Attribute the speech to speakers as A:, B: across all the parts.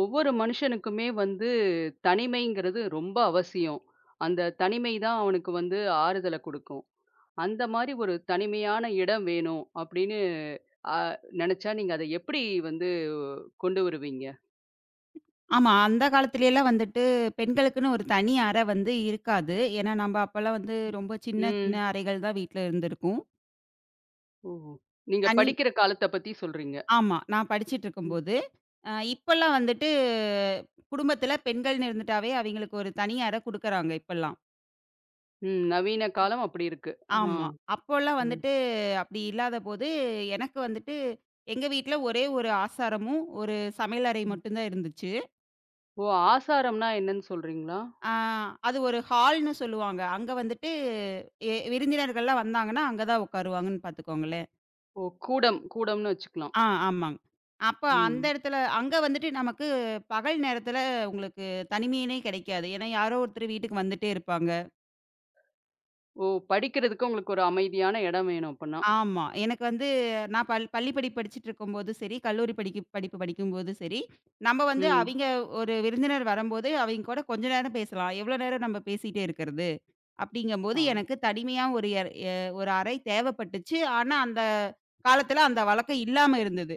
A: ஒவ்வொரு மனுஷனுக்குமே வந்து தனிமைங்கிறது ரொம்ப அவசியம். அந்த தனிமை தான் அவனுக்கு வந்து ஆறுதல குடுக்கும். அந்த மாரி ஒரு தனிமையான இடம் வேணும் அப்படின்னு அ நெனச்சா நீங்க அத எப்படி வந்து கொண்டு வருவீங்க?
B: ஆமா. அந்த காலத்துலலாம் வந்துட்டு பெண்களுக்குன்னு ஒரு தனி அறை வந்து இருக்காது. ஏன்னா, நம்ப அப்பலாம் வந்து ரொம்ப சின்ன சின்ன
A: ம்.
B: அறைகள் தான் வீட்ல இருந்திருக்கும்.
A: ஓ! நீங்க
B: தனி
A: படிக்கிற காலத்த பத்தி சொல்றீங்க.
B: ஆமா. நான் படிச்சுட்டு
A: ம்.
B: இருக்கும்போது. இப்பலாம் வந்துட்டு குடும்பத்துல பெண்கள்னு இருந்துட்டாவே அவைங்களுக்கு ஒரு தனி அறை குடுக்குறாங்க இப்பலாம்.
A: ம். நவீன காலம் அப்படி இருக்கு. ஆ.
B: ஆமா. அப்போலாம்
A: ம்.
B: வந்துட்டு அப்படி இல்லாதபோது, எனக்கு வந்துட்டு எங்க வீட்ல ஒரே ஒரு ஆசாரமும், ஒரு சமையலறை
A: ம்.
B: மட்டும் தான் இருந்துச்சு.
A: ஓ! ஆசாரம்னா என்னன்னு சொல்றீங்களா?
B: ஆ அது ஒரு ஹால்ன்னு சொல்லுவாங்க. அங்க வந்துட்டு விருந்தினர்கள்லாம் வந்தாங்கன்னா, அங்க தான் உட்காருவாங்கன்னு பார்த்துக்கோங்களேன்.
A: ஓ! கூடம். கூடம்னு வச்சுக்கலாம்.
B: ஆமாங்க. அப்ப அந்த
A: ம்.
B: இடத்துல அங்க வந்துட்டு நமக்கு பகல் நேரத்துல உங்களுக்கு தனிமையிலே கிடைக்காது. ஏன்னா, யாரோ ஒருத்தர் வீட்டுக்கு வந்துட்டே இருப்பாங்க.
A: ஓ! படிக்கிறதுக்கு உங்களுக்கு ஒரு அமைதியான இடம் வேணும் அப்பன்னா.
B: ஆமா. எனக்கு வந்து நான் பள்ளி படிப்பு படிச்சுட்டு இருக்கும்போதும் சரி, கல்லூரி படிப்பு படிக்கும்போதும் சரி, நம்ம வந்து
A: ம்.
B: அவிங்க ஒரு விருந்தினர் வரும்போது, அவிங்க கூட கொஞ்ச நேரம் பேசலாம். எவ்வளோ நேரம் நம்ம பேசிட்டே இருக்கிறது? அப்படிங்கம்போது
A: ஆ.
B: எனக்கு தனிமையா ஒரு எற எ ஒரு அறை தேவைப்பட்டுச்சு. ஆனா, அந்த காலத்துல அந்த வழக்கம் இல்லாம இருந்தது.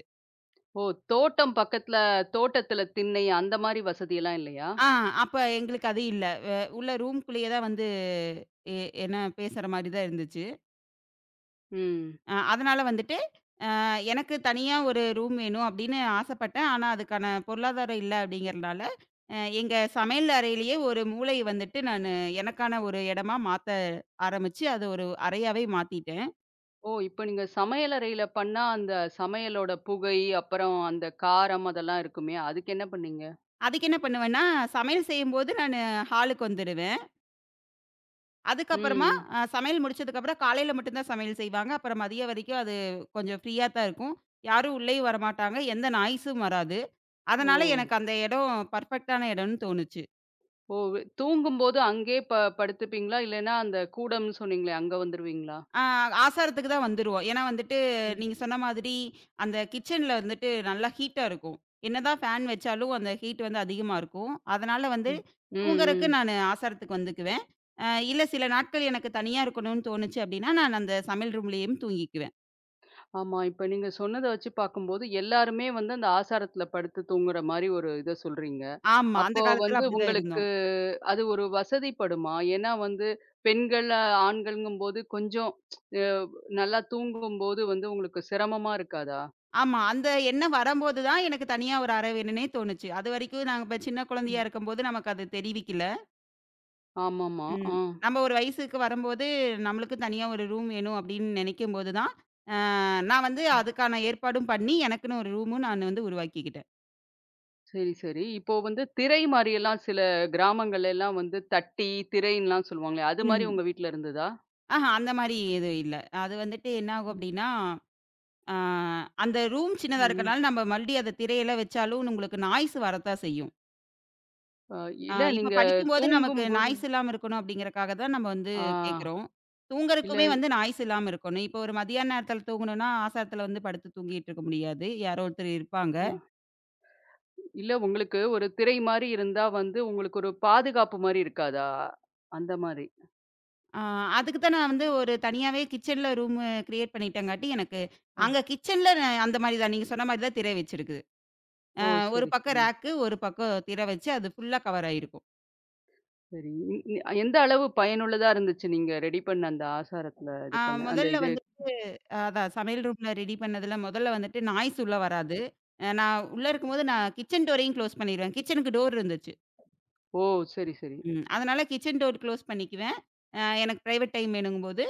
A: ஓ! தோட்டம் பக்கத்துல தோட்டத்துல திண்ணை அந்த மாரி வசதியெல்லாம் இல்லையா?
B: ஆ அப்ப எங்களுக்கு அது இல்ல. உள்ள ரூம்குள்ளேயே தான் வந்து எ என்ன பேசுற மாரி தான் இருந்துச்சு.
A: ம்.
B: அதனால வந்துட்டு எனக்கு தனியா ஒரு ரூம் வேணும் அப்படின்னு ஆசைப்பட்டேன். ஆனா, அதுக்கான பொருளாதாரம் இல்ல அப்படிங்கிறனால, எங்க சமையல் அறையிலேயே ஒரு மூலை வந்துட்டு நானு எனக்கான ஒரு இடமா மாத்த ஆரம்பிச்சு, அது ஒரு அறையாவே மாத்திட்டேன்.
A: ஓ! இப்ப நீங்க சமையலறையில பண்ணா, அந்த சமையலோட புகை, அப்புறம் அந்த காரம் அதெல்லாம் இருக்குமே, அதுக்கு என்ன பண்ணீங்க?
B: அதுக்கு என்ன பண்ணுவேன்னா, சமையல் செய்யும்போது நானு ஹாலுக்கு வந்துருவேன். அதுக்கப்புறமா
A: ம்.
B: சமையல் முடிச்சதுக்கப்புறம் காலையில மட்டும் தான் சமையல் செய்வாங்க. அப்புறம் மதியம் வரைக்கும் அது கொஞ்சம் ஃப்ரீயா தான் இருக்கும். யாரும் உள்ளேயும் வரமாட்டாங்க. எந்த நாய்ஸும் வராது.
A: ஓ!
B: அதனால எனக்கு அந்த இடம் பெர்ஃபெக்ட்டான இடம்னு தோணுச்சு.
A: ஓ! தூங்கும்போது அங்கேயே படுத்துப்பீங்களா? இல்லைன்னா அந்த கூடம்னு சொன்னீங்களே, அங்க வந்துருவீங்களா?
B: ஆ ஆசாரத்துக்கு தான் வந்துருவோம். ஏன்னா வந்துட்டு
A: ம்.
B: நீங்க சொன்ன மாதிரி அந்த கிச்சன்ல வந்துட்டு நல்லா ஹீட்டா இருக்கும். என்னதான் ஃபேன் வச்சாலும் அந்த ஹீட் வந்து அதிகமா இருக்கும். அதனால வந்து
A: ம். ம்,
B: தூங்குறக்கு
A: ம்.
B: நானு ஆசாரத்துக்கு வந்துக்குவேன். இல்ல சில நாட்கள் எனக்கு தனியா இருக்கணும்னு தோணுச்சு அப்படின்னா, நான் அந்த சமையல் ரூம்லயும் தூங்கிக்குவேன்.
A: ஆமா. இப்ப நீங்க சொன்னத வச்சு பாக்கும்போது, எல்லாருமே வந்து அந்த ஆசாரத்துல படுத்து தூங்குற மாரி ஒரு இத சொல்றீங்க.
B: ஆமா. அந்த
A: அப்போ
B: காலத்துல
A: வந்து
B: அப்படிதான்
A: உங்களுக்கு
B: இருந்தோம்.
A: அது ஒரு வசதிப்படுமா? ஏன்னா வந்து பெண்கள், ஆண்கள்ங்கும்போது கொஞ்சம் அ நல்லா தூங்கும்போது வந்து உங்களுக்கு சிரமமா இருக்காதா?
B: ஆமா. அந்த எண்ணம் வரம்போது தான் எனக்கு தனியா ஒரு அறை வேணுன்னே தோணுச்சு. அதுவரைக்கும் நாங்க இப்ப சின்ன
A: ம்.
B: குழந்தையா இருக்கும்போது நமக்கு அது தெரிவிக்கல.
A: ஆமாமா.
B: ம்.
A: ஆ.
B: நம்ம ஒரு வயசுக்கு வரும்போது, நம்மளுக்கும் தனியா ஒரு ரூம் வேணும் அப்படின்னு நெனைக்கும்போது தான், அ நான் வந்து அதுக்கான ஏற்பாடும் பண்ணி, எனக்குன்னு ஒரு ரூமும் நான் வந்து உருவாக்கிக்கிட்டேன்.
A: சரி, சரி. இப்போ வந்து திரை மாரியெல்லாம் சில கிராமங்கள்ல எல்லாம் வந்து தட்டி, திரைன்லாம் சொல்லுவாங்களே, அது மாரி
B: ம்.
A: உங்க வீட்ல இருந்ததா?
B: ஆஹா அந்த மாரி எதுவும் இல்ல. அது வந்துட்டு என்ன ஆகும்
A: ம்.
B: அப்படின்னா, அ அந்த ரூம் சின்னதா
A: ம்.
B: இருக்கனால, நம்ம மறுபடியும் அத திரையெல்லாம் வச்சாலும் உங்களுக்கு நாய்ஸ் வரத்தான் செய்யும்.
A: அ இல்ல
B: இப்ப
A: நீங்க
B: படிக்கும்போது நமக்கு
A: தூங்கும்போது
B: நாய்ஸ் இல்லாம இருக்கணும் அப்படிங்கிறக்காக தான் நம்ம வந்து
A: ஆ
B: கேட்குறோம்.
A: இல்ல
B: தூங்குறதுக்குமே வந்து நாய்ஸ் இல்லாம இருக்கணும். இப்போ ஒரு மதியான நேரத்தில தூங்கணும்னா, ஆசாரத்தில வந்து படுத்து தூங்கிட்டு இருக்க முடியாது. யாரோ ஒருத்தர் இருப்பாங்க.
A: அ இல்ல உங்களுக்கு ஒரு திரை மாரி இருந்தா வந்து உங்களுக்கு ஒரு பாதுகாப்பு மாரி இருக்காதா? அந்த மாரி.
B: ஆ அதுக்கு தான் நான் வந்து ஒரு தனியாவே கிச்சன்ல ரூம் கிரியேட் பண்ணிட்டங்காட்டி, எனக்கு அங்க கிச்சன்ல அந்த மாரி தான் நீங்க சொன்ன மாரி தான் திரை வச்சிருக்குது.
A: ஓ!
B: ஒரு
A: சரி,
B: பக்கம்
A: சரி,
B: ரேக்கு, ஒரு பக்கம் திரை வச்சு அது ஃபுல்லா கவர் ஆயிருக்கும்.
A: சரி. இ இ அ, எந்த அளவு பயனுள்ளதா இருந்துச்சு நீங்க ரெடி பண்ண அந்த ஆசாரத்துல இது
B: ஆ
A: பண்ண அந்த
B: முதல்ல
A: இது?
B: வந்து அதான் சமையல் ரூம்ல ரெடி பண்ணதுல முதல்ல வந்துட்டு நாய்ஸ் உள்ள வராது. நான் உள்ள இருக்கும்போது நான் கிச்சன் டோரையும் க்ளோஸ் பண்ணிருவேன். கிச்சனுக்கு டோர் இருந்துச்சு.
A: ஓ! சரி, சரி.
B: ம். அதனால கிச்சன் டோர் க்ளோஸ் பண்ணிக்குவேன். எனக்கு பிரைவேட் டைம் வேணுங்கும்போது,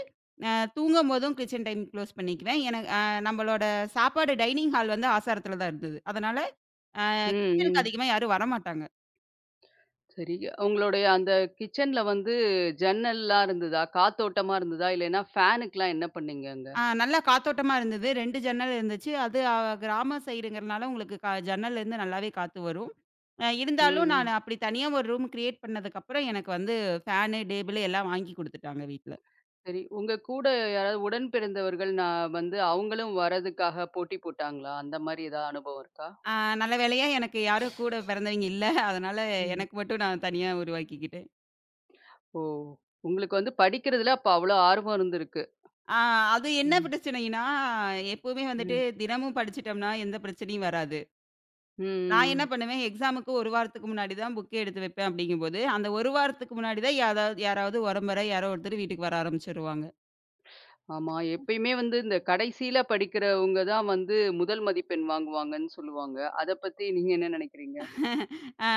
B: அ தூங்கும்போதும் கிச்சன் டைம் க்ளோஸ் பண்ணிக்குவேன். எனக்கு நம்மளோட சாப்பாடு டைனிங் ஹால் வந்து ஆசாரத்துல தான் இருந்தது. அதனால
A: ம்,
B: கிச்சனுக்கு
A: ம்.
B: அதிகமா யாரும் வரமாட்டாங்க.
A: சரி. உங்களுடைய அந்த கிச்சன்ல வந்து ஜன்னல்லாம் இருந்ததா? காத்தோட்டமா இருந்ததா? இல்லைன்னா ஃபேனுக்குலாம் என்ன பண்ணீங்க அங்க?
B: நல்லா காத்தோட்டமா இருந்தது. 2 ஜன்னல் இருந்துச்சு. அது கிராம சைடுங்கிறனால உங்களுக்கு ஜன்னல்லேருந்து நல்லாவே காத்து வரும்.
A: ம்,
B: இருந்தாலும்
A: ம்.
B: நான் அப்படி தனியா ஒரு ரூம் கிரியேட் பண்ணதுக்கப்புறம் எனக்கு வந்து ஃபேனு, டேபிளு எல்லாம் வாங்கி குடுத்துட்டாங்க வீட்ல.
A: சரி. உங்க கூட யாராவது உடன்பிறந்தவர்கள் நான் வந்து அவங்களும் வரதுக்காக போட்டி போட்டாங்களா? அந்த மாரி ஏதாவது அனுபவம் இருக்கா?
B: ஆ நல்ல வேளையா எனக்கு யாரும் கூட பிறந்தவைங்க இல்ல. அதனால
A: ம்.
B: எனக்கு மட்டும் நான் தனியா உருவாக்கிக்கிட்டேன்.
A: ஓ! உங்களுக்கு வந்து படிக்கிறதுல அப்ப அவ்வளோ ஆர்வம் இருந்திருக்கு.
B: ஆ அது என்ன
A: ம்,
B: பிரச்சனைன்னா, எப்பவுமே வந்துட்டு
A: ம்,
B: தினமும் படிச்சுட்டோம்னா எந்த பிரச்சனையும் வராது. நான் என்ன
A: ம்.
B: பண்ணுவேன், எக்ஸாமுக்கு 1 வாரத்துக்கு முன்னாடி தான் புக்கே எடுத்து வைப்பேன் அப்படிங்கும்போது, அந்த 1 வாரத்துக்கு முன்னாடி தான் யாராவது யாராவது உறமொற யாரோ ஒருத்தர் வீட்டுக்கு வர ஆரம்பிச்சுருவாங்க.
A: ஆமா. எப்பயுமே வந்து இந்த கடைசியில படிக்கிறவங்க தான் வந்து முதல் மதிப்பெண் வாங்குவாங்கன்னு சொல்லுவாங்க. அத பத்தி நீங்க என்ன நினைக்கிறீங்க?
B: அ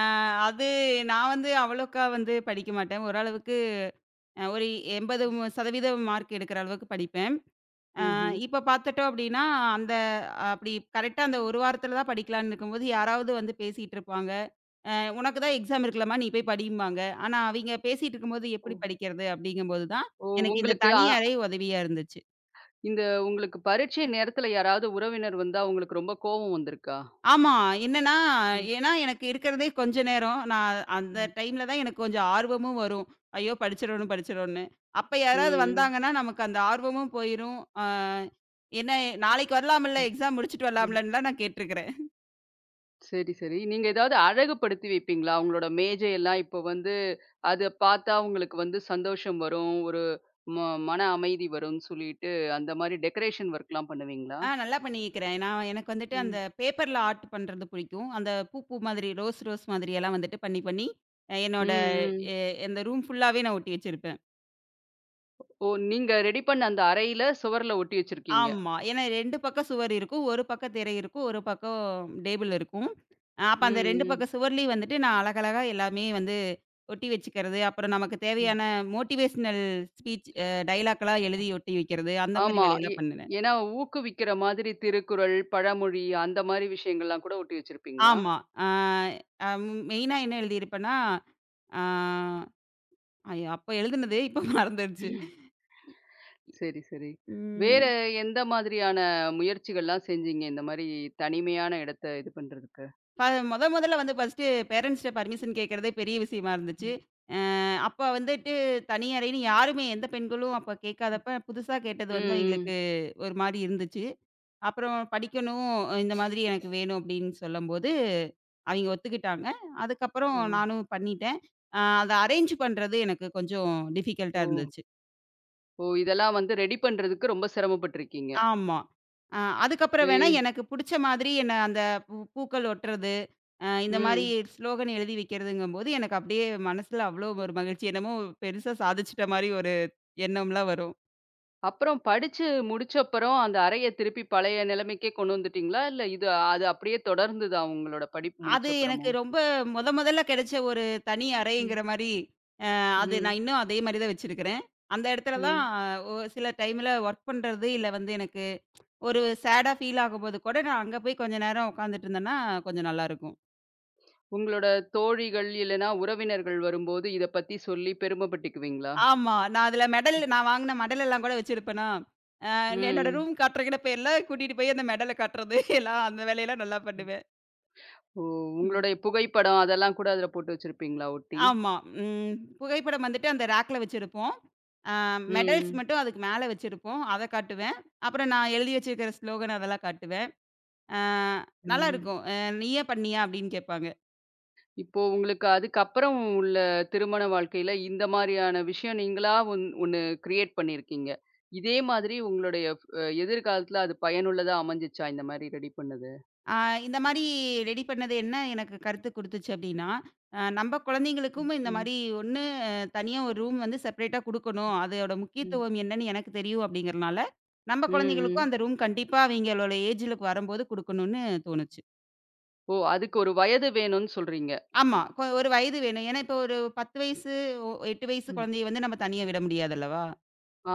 B: அது நான் வந்து அவ்வளோக்கா வந்து படிக்க மாட்டேன். ஓரளவுக்கு ஒரு 80% மார்க் எடுக்கிற அளவுக்கு படிப்பேன்.
A: ம்ஹ்ம்.
B: இப்ப பார்த்துட்டோம் அப்படின்னா, அந்த அப்படி கரெக்ட்டா அந்த 1 வாரத்தில தான் படிக்கலான்னு இருக்கும்போது, யாராவது வந்து பேசிட்டு இருப்பாங்க. அ "உனக்கு தான் எக்ஸாம் இருக்குல்லம்மா, நீ போய் படிம்பாங்க." ஆனா, அவிங்க பேசிட்டு இருக்கும்போது
A: ஓ
B: எப்படி படிக்கிறது அப்படிங்கும்போது தான்,
A: ஓ
B: எனக்கு இந்த
A: உங்களுக்கு
B: தனி அறை உதவியா இருந்துச்சு.
A: இந்த உங்களுக்கு பரீட்சை நேரத்துல யாராவது உறவினர் வந்தா உங்களுக்கு ரொம்ப கோவம் வந்திருக்கா?
B: ஆமா. என்னன்னா,
A: ம்,
B: ஏன்னா எனக்கு இருக்கிறதே கொஞ்ச நேரம். நான் அந்த
A: ம்.
B: டைம்ல தான் எனக்கு கொஞ்சம் ஆர்வமும் வரும். ஐயோ! படிச்சிரணும், படிச்சிரணும்னு. அப்ப யாராவது
A: ம்.
B: வந்தாங்கன்னா, நமக்கு அந்த ஆர்வமும் போயிரும். என்ன நாளைக்கு வரலாம்ல்ல,
A: ம்,
B: எக்ஸாம் முடிச்சுட்டு
A: ம்.
B: வரலாம்லன்னுலாம் நான் கேட்டுருக்கிறேன்.
A: சரி, சரி. நீங்க ஏதாவது அழகுபடுத்தி வைப்பீங்களா? உங்களோட மேஜையெல்லாம் இப்போ வந்து அத பார்த்தா உங்களுக்கு வந்து சந்தோஷம் வரும். ஒரு ம மன அமைதி வரும்ன்னு சொல்லிட்டு அந்த மாரி டெக்கரேஷன் ஒர்க்லாம் பண்ணுவீங்களா?
B: நல்லா பண்ணியிருக்கிறேன். நான் எனக்கு வந்துட்டு
A: ம்.
B: அந்த பேப்பர்ல ஆர்ட் பண்றது பிடிக்கும். அந்த பூ பூ மாதிரி ரோஸ் ரோஸ் மாதிரியெல்லாம் வந்துட்டு பண்ணி பண்ணி, என்னோட
A: ம், ம்.
B: எ அந்த ரூம் ஃபுல்லாவே நான் ஒட்டி வச்சிருப்பேன்.
A: ஓ! நீங்க ரெடி பண்ண அந்த அறையில சுவர்ல ஒட்டி வச்சிருக்கீங்க.
B: ஆமா. ஏன்னா 2 பக்கம் சுவர் இருக்கும். ஒரு பக்கம் திரை இருக்கும். ஒரு பக்கம் டேபிள் இருக்கும். அப்ப அந்த 2
A: ம், ம்,
B: பக்கம் சுவர்லயும் வந்துட்டு நான் அழகழகா எல்லாமே வந்து ஒட்டி வச்சுக்கிறது. அப்புறம் நமக்கு
A: ம்.
B: தேவையான மோட்டிவேஷனல் ஸ்பீச் டயலாக்லாம் எழுதி ஒட்டி வைக்கிறது. அந்த மாரி
A: ஆமா. எ
B: வேலையெல்லாம் பண்ணுனேன்.
A: ஏன்னா ஊக்குவிக்கிற மாதிரி திருக்குறள், பழமொழி அந்த மாரி விஷயங்கள்லாம் கூட ஒட்டி வச்சிருப்பீங்களா?
B: ஆமா. அ அ மெயினா என்ன எழுதியிருப்பேன்னா, அ ஐயோ! அப்ப எழுதுனது இப்ப மறந்துருச்சு.
A: சரி, சரி. வேற
B: ம்.
A: எந்த மாதிரியான முயற்சிகள்லாம் செஞ்சீங்க? இந்த மாரி தனிமையான இடத்த இது பண்றதுக்கு?
B: ப மொத மொதல்ல வந்து ஃபர்ஸ்ட்டு பேரண்ட்ஸ்ட்ட பர்மிஷன் கேட்கறதே பெரிய விஷயமா இருந்துச்சு.
A: ம்,
B: அ அப்ப வந்துட்டு தனி அறைன்னு யாருமே எந்த பெண்களும் அப்ப கேட்காதப்ப, புதுசா கேட்டது வந்து
A: ம்.
B: அவங்களுக்கு ஒரு மாரி இருந்துச்சு. அப்புறம் படிக்கணும், இந்த மாதிரி எனக்கு வேணும் அப்படின்னு சொல்லம்போது, அவிங்க ஒத்துக்கிட்டாங்க. அதுக்கப்புறம்
A: ஓ!
B: நானும் பண்ணிட்டேன். அத அரேஞ்ச் பண்றது எனக்கு கொஞ்சம் டிஃபிகல்ட்டா
A: ஓ!
B: இருந்துச்சு.
A: ஓ! இதெல்லாம் வந்து ரெடி பண்றதுக்கு ரொம்ப சிரமப்பட்டுருக்கீங்க.
B: ஆமா. அ அதுக்கப்புறம் வேணா
A: ஏ
B: எனக்கு புடிச்ச மாதிரி என்ன அந்த பூ பூக்கள் ஒட்டுறது, இந்த மாரி
A: ம்.
B: ஸ்லோகன் எழுதி வைக்கிறதுங்கும்போது, எனக்கு அப்படியே மனசுல அவ்வளோ ஒரு மகிழ்ச்சி. என்னமோ பெருசா சாதிச்சுட்ட மாரி ஒரு எண்ணம்லாம் வரும்.
A: அப்புறம் படிச்சு முடிச்சப்புறம் அந்த அறைய திருப்பி பழைய நிலைமைக்கே கொண்டு வந்துட்டீங்களா? இல்ல இது அது அப்படியே தொடர்ந்ததா உங்களோட படிப்பு
B: அது எனக்கு
A: முடிச்சப்புறமும்?
B: ரொம்ப மொதல்ல கிடைச்ச ஒரு தனி
A: ம்.
B: அறைங்கிற மாரி, அது
A: ம்.
B: நான் இன்னும் அதே மாரி தான் வச்சிருக்கிறேன். அந்த இடத்துல தான்
A: ம்.
B: ஒரு சில டைம்ல ஒர்க் பண்றது, இல்ல வந்து எனக்கு ஒரு சேடா ஃபீல் ஆகும்போது கூட, நான் அங்க போய் கொஞ்ச நேரம் உட்காந்துட்டு இருந்தேன்னா, கொஞ்சம் நல்லாயிருக்கும்.
A: உங்களோட தோழிகள் இல்லன்னா உறவினர்கள் வரும்போது இத பத்தி சொல்லி பெருமைப்பட்டுக்குவீங்களா?
B: ஆமா. நான் அதுல மெடல் நான் வாங்குன மெடல் எல்லாம் கூட வச்சிருப்பேனா, அ என்னோட
A: ம்.
B: ரூம் காட்டுறங்கிற பேர்ல கூட்டிட்டு போய் அந்த மெடல காட்டுறது எல்லாம் அந்த வேலையெல்லாம் நல்லா பண்ணுவேன்.
A: ஓ!
B: ம்.
A: உங்களுடைய புகைப்படம் அதெல்லாம் கூட அதுல போட்டு வச்சிருப்பீங்களா ஒட்டி?
B: ஆமா. ம். புகைப்படம் வந்துட்டு அந்த ரேக்ல வச்சிருப்போம். அ மெடல்ஸ்
A: ம்.
B: மட்டும் அதுக்கு மேல வச்சிருப்போம். அத காட்டுவேன். அப்புறம் நான் எழுதி வச்சிருக்கிற ஸ்லோகன் அதெல்லாம் காட்டுவேன். அ
A: ம்.
B: நல்லாருக்கும். "நீயே பண்ணியா?" அப்படின்னு கேட்பாங்க.
A: இப்போ உங்களுக்கு அதுக்கப்புறம் உள்ள திருமண வாழ்க்கையில, இந்த மாரியான விஷயம் நீங்களா ஒண்ணு கிரியேட் பண்ணியிருக்கீங்க. இதே மாதிரி உங்களுடைய ஃப் அ எதிர்காலத்துல அது பயனுள்ளதா அமைஞ்சுச்சா? இந்த மாரி ரெடி பண்ணது?
B: ஆ இந்த மாரி ரெடி பண்ணது என்ன எனக்கு கருத்து குடுத்துச்சு அப்டின்னா, நம்ப குழந்தைங்களுக்கும் இந்த
A: ம்,
B: மாரி ஒண்ணு தனியா ஒரு ரூம் வந்து செப்பரேட்டா குடுக்கணும். அதோட
A: ம்.
B: முக்கியத்துவம் என்னன்னு எனக்கு தெரியும் அப்டிங்கிறனால, நம்ப
A: ம்,
B: குழந்தைகளுக்கும்
A: ம்.
B: அந்த ரூம் கண்டிப்பா அவைங்களோட ஏஜ்ல வரும்போது குடுக்கணும்னு தோணுச்சு.
A: ஓ! அதுக்கு ஒரு வயது வேணும்னு சொல்றீங்க.
B: ஆமா. ஒரு வயது வேணும். ஏன்னா, இப்போ ஒரு 10 வயசு, 8 வயசு
A: ம்.
B: குழந்தைய வந்து நம்ம தனியா விட முடியாதல்லவா?
A: ஆ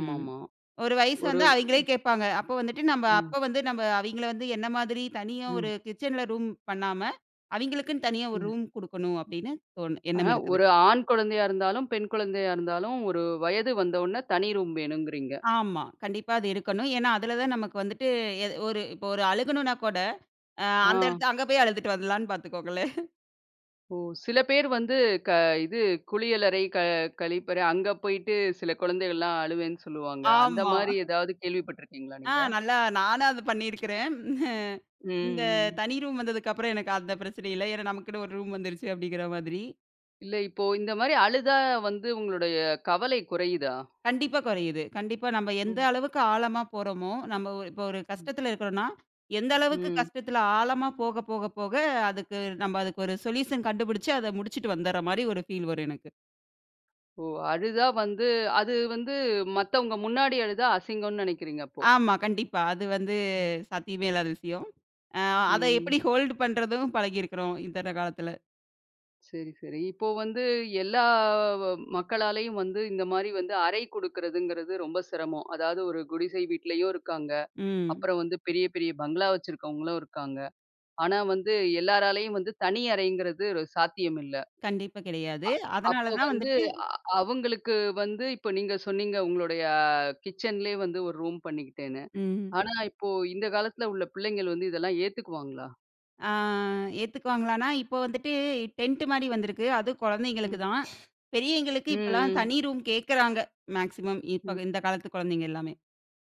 B: ம். ஒரு வயசு
A: ஒரு
B: வந்தா அவைங்களே கேட்பாங்க. அப்போ வந்துட்டு நம்ம
A: ம்,
B: அப்ப வந்து நம்ம அவைங்கள வந்து என்ன மாதிரி தனியா ஒரு
A: ம்,
B: கிச்சன்ல ரூம் பண்ணாம, அவைங்களுக்குன்னு தனியா ஒரு
A: ம்.
B: ரூம் குடுக்கணும் அப்படின்னு தோணு எண்ணம்
A: ஆனா,
B: இருக்குது.
A: ஒரு ஆண் குழந்தையா இருந்தாலும், பெண் குழந்தையா இருந்தாலும், ஒரு வயது வந்த உடனே தனி ரூம் வேணுங்கிறீங்க.
B: ஆமா. கண்டிப்பா அது இருக்கணும். ஏன்னா, அதுல தான் நமக்கு வந்துட்டு ஒரு இப்போ ஒரு அழுகணும்னா கூட,
A: ஆ.
B: அந்த இடத்து அங்க போய் அழுதுட்டு வரலான்னு பார்த்துக்கோங்களேன்.
A: ஓ! சில பேர் வந்து க இது குளியலறை, கழிப்பறை அங்க போயிட்டு சில குழந்தைகள்லாம் அழுவேன்னு சொல்லுவாங்க. அந்த
B: ஆமா.
A: மாரி ஏதாவது கேள்விப்பட்டுருக்கீங்களா நீங்க?
B: நல்லா நானும் அது பண்ணியிருக்கிறேன்.
A: ம்,
B: இந்த
A: ம்.
B: தனி ரூம் வந்ததுக்கப்புறம் எனக்கு அந்த பிரச்சனை இல்ல. ஏன்னா நமக்குன்னு ஒரு ரூம் வந்துருச்சு அப்படிங்கிற மாதிரி.
A: இல்ல இப்போ இந்த மாரி அழுதா வந்து உங்களுடைய கவலை குறையுதா?
B: கண்டிப்பா குறையுது. கண்டிப்பா நம்ம எந்த
A: ம்,
B: அளவுக்கு ஆழமா போறோமோ, நம்ம ஒரு இப்போ ஒரு
A: ம்.
B: கஷ்டத்துல இருக்கிறோம்னா, எந்த அளவுக்கு
A: ம்.
B: கஷ்டத்துல ஆழமா போக, போக, போக அதுக்கு நம்ம அதுக்கு ஒரு சொல்யூஷன் கண்டுபிடிச்சு அத முடிச்சுட்டு வந்துர்ற மாரி ஒரு ஃபீல் வரும் எனக்கு.
A: ஓ! அழுதா வந்து அது வந்து மத்தவங்க முன்னாடி அழுதா அசிங்கம்ன்னு நெனைக்கிறீங்க அப்போ?
B: ஆமா, கண்டிப்பா. அது வந்து சாத்தியமே இல்லாத விஷயம். அ அத
A: ம்.
B: எப்படி ஹோல்டு பண்றதும் பழகியிருக்கிறோம் இந்த காலத்துல.
A: சரி, சரி. இப்போ வந்து எல்லா வ மக்களாலயும் வந்து இந்த மாரி வந்து அறை குடுக்கறதுங்கிறது ரொம்ப சிரமம். அதாவது ஒரு குடிசை வீட்லயும் இருக்காங்க.
B: ம்.
A: அப்புறம் வந்து பெரிய பெரிய பங்களா வச்சிருக்கவங்களும் இருக்காங்க. ஆனா வந்து எல்லாராலயும் வந்து தனி அறைங்கிறது ஒரு சாத்தியம் இல்ல.
B: கண்டிப்பா கிடையாது.
A: அப்போ
B: அதனால தான்
A: வந்து
B: வந்துட்டு
A: அ அவங்களுக்கு வந்து இப்போ நீங்க சொன்னீங்க உங்களுடைய கிச்சன்லயே வந்து ஒரு ரூம் பண்ணிக்கிட்டேன்னு.
B: ம்.
A: ஆனா இப்போ இந்த காலத்துல உள்ள பிள்ளைங்கள் வந்து இதெல்லாம் ஏத்துக்குவாங்களா?
B: ஆ ஏத்துக்குவாங்களான்னா, இப்போ வந்துட்டு டென்ட் மாரி வந்திருக்கு. அதுவும் குழந்தைங்களுக்கு
A: ம்.
B: தான். பெரியவங்களுக்கு
A: ம்,
B: இப்பலாம்
A: ம்,
B: தனி ரூம் கேட்குறாங்க. மேக்ஸிமம்
A: ம்.
B: இப்ப இந்த காலத்து குழந்தைங்க எல்லாமே.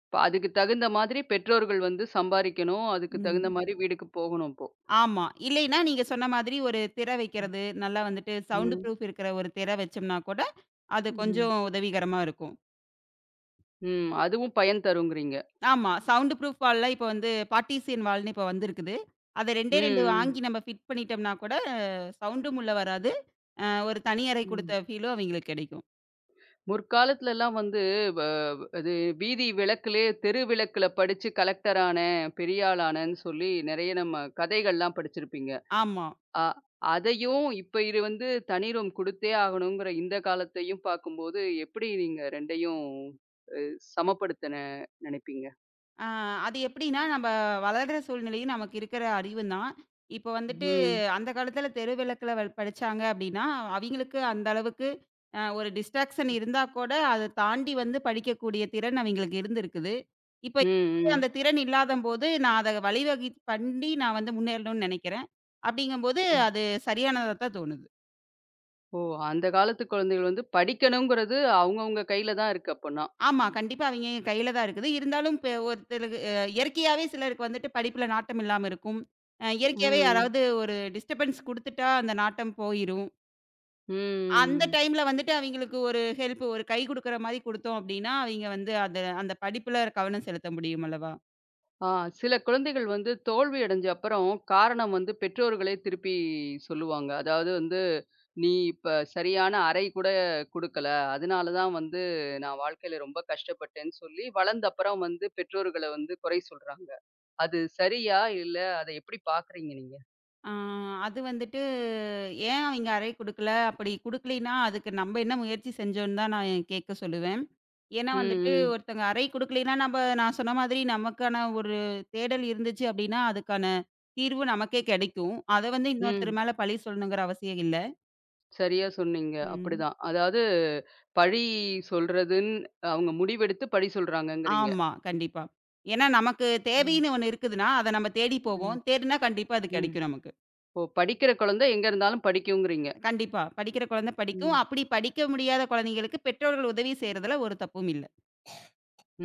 A: இப்ப அதுக்கு தகுந்த மாதிரி பெற்றோர்கள் வந்து சம்பாரிக்கணும். அதுக்கு தகுந்த
B: ம்.
A: மாரி வீடுக்கு போகணும் இப்போ.
B: ஆமா. இல்லைன்னா நீங்க சொன்ன மாதிரி ஒரு திரை
A: ம்,
B: வைக்கிறது, நல்லா வந்துட்டு சவுண்ட்
A: ம்,
B: ப்ரூஃப் இருக்கிற ஒரு திரை வச்சோம்னா கூட, அது
A: ம்.
B: கொஞ்சம் உதவிகரமா இருக்கும்.
A: ம், அதுவும் பயன் தருங்கிறீங்க.
B: ஆமா. சவுண்ட் ப்ரூஃப் வால்ல இப்போ வந்து பார்ட்டிஷியன் வால்ன்னு இப்போ வந்திருக்குது. அத 2டே
A: ம்,
B: 2
A: ம்.
B: வாங்கி நம்ம ஃபிட் பண்ணிட்டோம்னா கூட, சவுண்டும் உள்ள வராது. ஒரு தனி அறை
A: ம்.
B: குடுத்த ஃபீலும் அவைங்களுக்கு கிடைக்கும்.
A: முற்காலத்துல எல்லாம் வந்து வ அது வீதி விளக்குலயே தெரு விளக்குல படிச்சு கலெக்டர் ஆனேன், பெரிய ஆள் ஆனேன்னு சொல்லி நெறைய நம்ம கதைகள்லாம் படிச்சிருப்பீங்க.
B: ஆமா.
A: அ அதையும் இப்ப இது வந்து தனி ரூம் குடுத்தே ஆகணுங்கிற இந்த காலத்தையும் பார்க்கும்போது, எப்படி நீங்க 2யும் அ சமப்படுத்தன நெனைப்பீங்க?
B: ஆ, அது எப்படின்னா, நம்ம வளர்ற சூழ்நிலையும் நமக்கு இருக்கிற அறிவும் தான். இப்போ வந்துட்டு
A: ம்.
B: அந்த காலத்தில தெரு விளக்குல படிச்சாங்க அப்படின்னா, அவிங்களுக்கு அந்த அளவுக்கு ஒரு டிஸ்ட்ராக்ஷன் இருந்தா கூட, அத தாண்டி வந்து படிக்கக்கூடிய திறன் அவிங்களுக்கு இருந்திருக்குது. இப்ப
A: ம், ம்,
B: அந்த திறன் இல்லாதம்போது, நான் அத வழிவகை பண்ணி நான் வந்து முன்னேறணும்னு நெனைக்கிறேன். அப்படிங்கும்போது
A: ம்.
B: அது சரியானதா தான் தோணுது.
A: ஓ! அந்த காலத்து குழந்தைகள் வந்து படிக்கணுங்கிறது அவங்கவங்க கையில தான் இருக்கு அப்பன்னா.
B: ஆமா. கண்டிப்பா அவிங்க கையில தான் இருக்குது. இருந்தாலும் இப்ப ஒருத்தருக்கு இயற்கையாவே சிலருக்கு வந்துட்டு படிப்புல நாட்டம் இல்லாம இருக்கும். இயற்கையாவே
A: ம்,
B: யாராவது ஒரு டிஸ்டர்பன்ஸ் குடுத்துட்டா அந்த நாட்டம் போயிரும். அந்த
A: ம்.
B: டைம்ல வந்துட்டு அவிங்களுக்கு ஒரு ஹெல்ப் ஒரு கை குடுக்குற மாரி குடுத்தோம் அப்டின்னா, அவிங்க வந்து அத அந்த படிப்புல கவனம் செலுத்த முடியும் அல்லவா?
A: ஆ சில குழந்தைகள் வந்து தோல்வி அடைஞ்ச அப்புறம் காரணம் வந்து பெற்றோர்களே திருப்பி சொல்லுவாங்க. அதாவது வந்து, "நீ இப்ப சரியான அறை கூட குடுக்கல. அதனால தான் வந்து நான் வாழ்க்கையில ரொம்ப கஷ்டப்பட்டேன்னு" சொல்லி வளர்ந்த அப்புறம் வந்து பெற்றோர்கள வந்து குறை சொல்றாங்க. அது சரியா? இல்ல அத எப்படி பார்க்குறீங்க நீங்க?
B: ஆ, அது வந்துட்டு ஏன் அவைங்க அறை குடுக்கல? அப்படி குடுக்கலைன்னா, அதுக்கு நம்ப என்ன முயற்சி செஞ்சோன்னு தான் நான் கேட்க சொல்லுவேன். ஏன்னா
A: ம்,
B: வந்துட்டு
A: ம்,
B: ஒருத்தங்க அறை குடுக்கலைன்னா, நம்ப நான் சொன்ன மாதிரி நமக்கான ஒரு தேடல் இருந்துச்சு அப்படின்னா, அதுக்கான தீர்வு நமக்கே கிடைக்கும். அத வந்து
A: ம்.
B: இன்னொருத்தர் மேல பழி சொல்லணுங்கிற அவசியம் இல்ல.
A: சரியா சொன்னீங்க.
B: ம்.
A: அப்படிதான். அதாவது பழி சொல்றதுன்னு அவங்க முடிவெடுத்து பழி சொல்றாங்கங்கிறீங்க.
B: ஆமா, கண்டிப்பா. ஏன்னா நமக்கு
A: ம்,
B: தேவைன்னு ஒண்ணு இருக்குதுன்னா, அத நம்ம தேடி
A: ம்,
B: போவோம். தேடுனா கண்டிப்பா அது
A: ம்.
B: கிடைக்கும் நமக்கு.
A: ஓ! படிக்கிற குழந்தை எங்க இருந்தாலும் படிக்குங்கிறீங்க.
B: கண்டிப்பா. படிக்கிற குழந்தை படிக்கும்.
A: ம்.
B: அப்படி படிக்க முடியாத குழந்தைங்களுக்கு பெற்றோர்கள் உதவி செய்றதுல ஒரு தப்பும் இல்ல.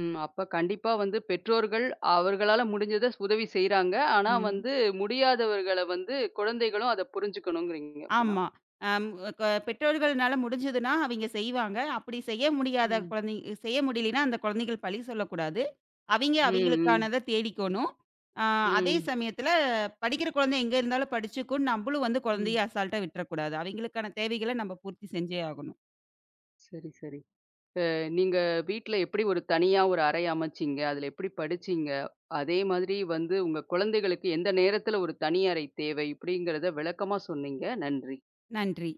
A: ம். அப்ப கண்டிப்பா வந்து பெற்றோர்கள் அவர்களால முடிஞ்சத உதவி செய்றாங்க. ஆனா
B: ம்.
A: வந்து முடியாதவர்கள வந்து குழந்தைகளும் அத புரிஞ்சுக்கணுங்கிறீங்க அப்பன்னா.
B: ஆமா. அம் க பெற்றோர்கள்னால முடிஞ்சதுன்னா அவிங்க செய்வாங்க. அப்படி செய்ய முடியாத
A: ம்.
B: குழந்தைங்க செய்ய முடியலைன்னா, அந்த குழந்தைகள் பழி சொல்லக்கூடாது. அவிங்க
A: ம். ம்.
B: அவிங்களுக்கானத தேடிக்கணும். ஆ அதே
A: ம்.
B: சமயத்தில படிக்கிற குழந்தை எங்க இருந்தாலும் படிச்சுக்கும். நம்பளும் வந்து
A: ம்.
B: குழந்தைய அசால்ட்டா விட்டுறக்கூடாது. அவிங்களுக்கான தேவைகள நம்ம பூர்த்தி செஞ்சே ஆகணும்.
A: சரி, சரி. நீங்க வீட்ல எப்படி ஒரு தனியா ஒரு அறை அமைச்சீங்க? அதுல எப்படி படிச்சீங்க? அதே மாதிரி வந்து உங்க குழந்தைகளுக்கு எந்த நேரத்துல ஒரு தனி அறை தேவை? இப்படிங்கிறத விளக்கமா சொன்னீங்க. நன்றி.
B: நன்றி.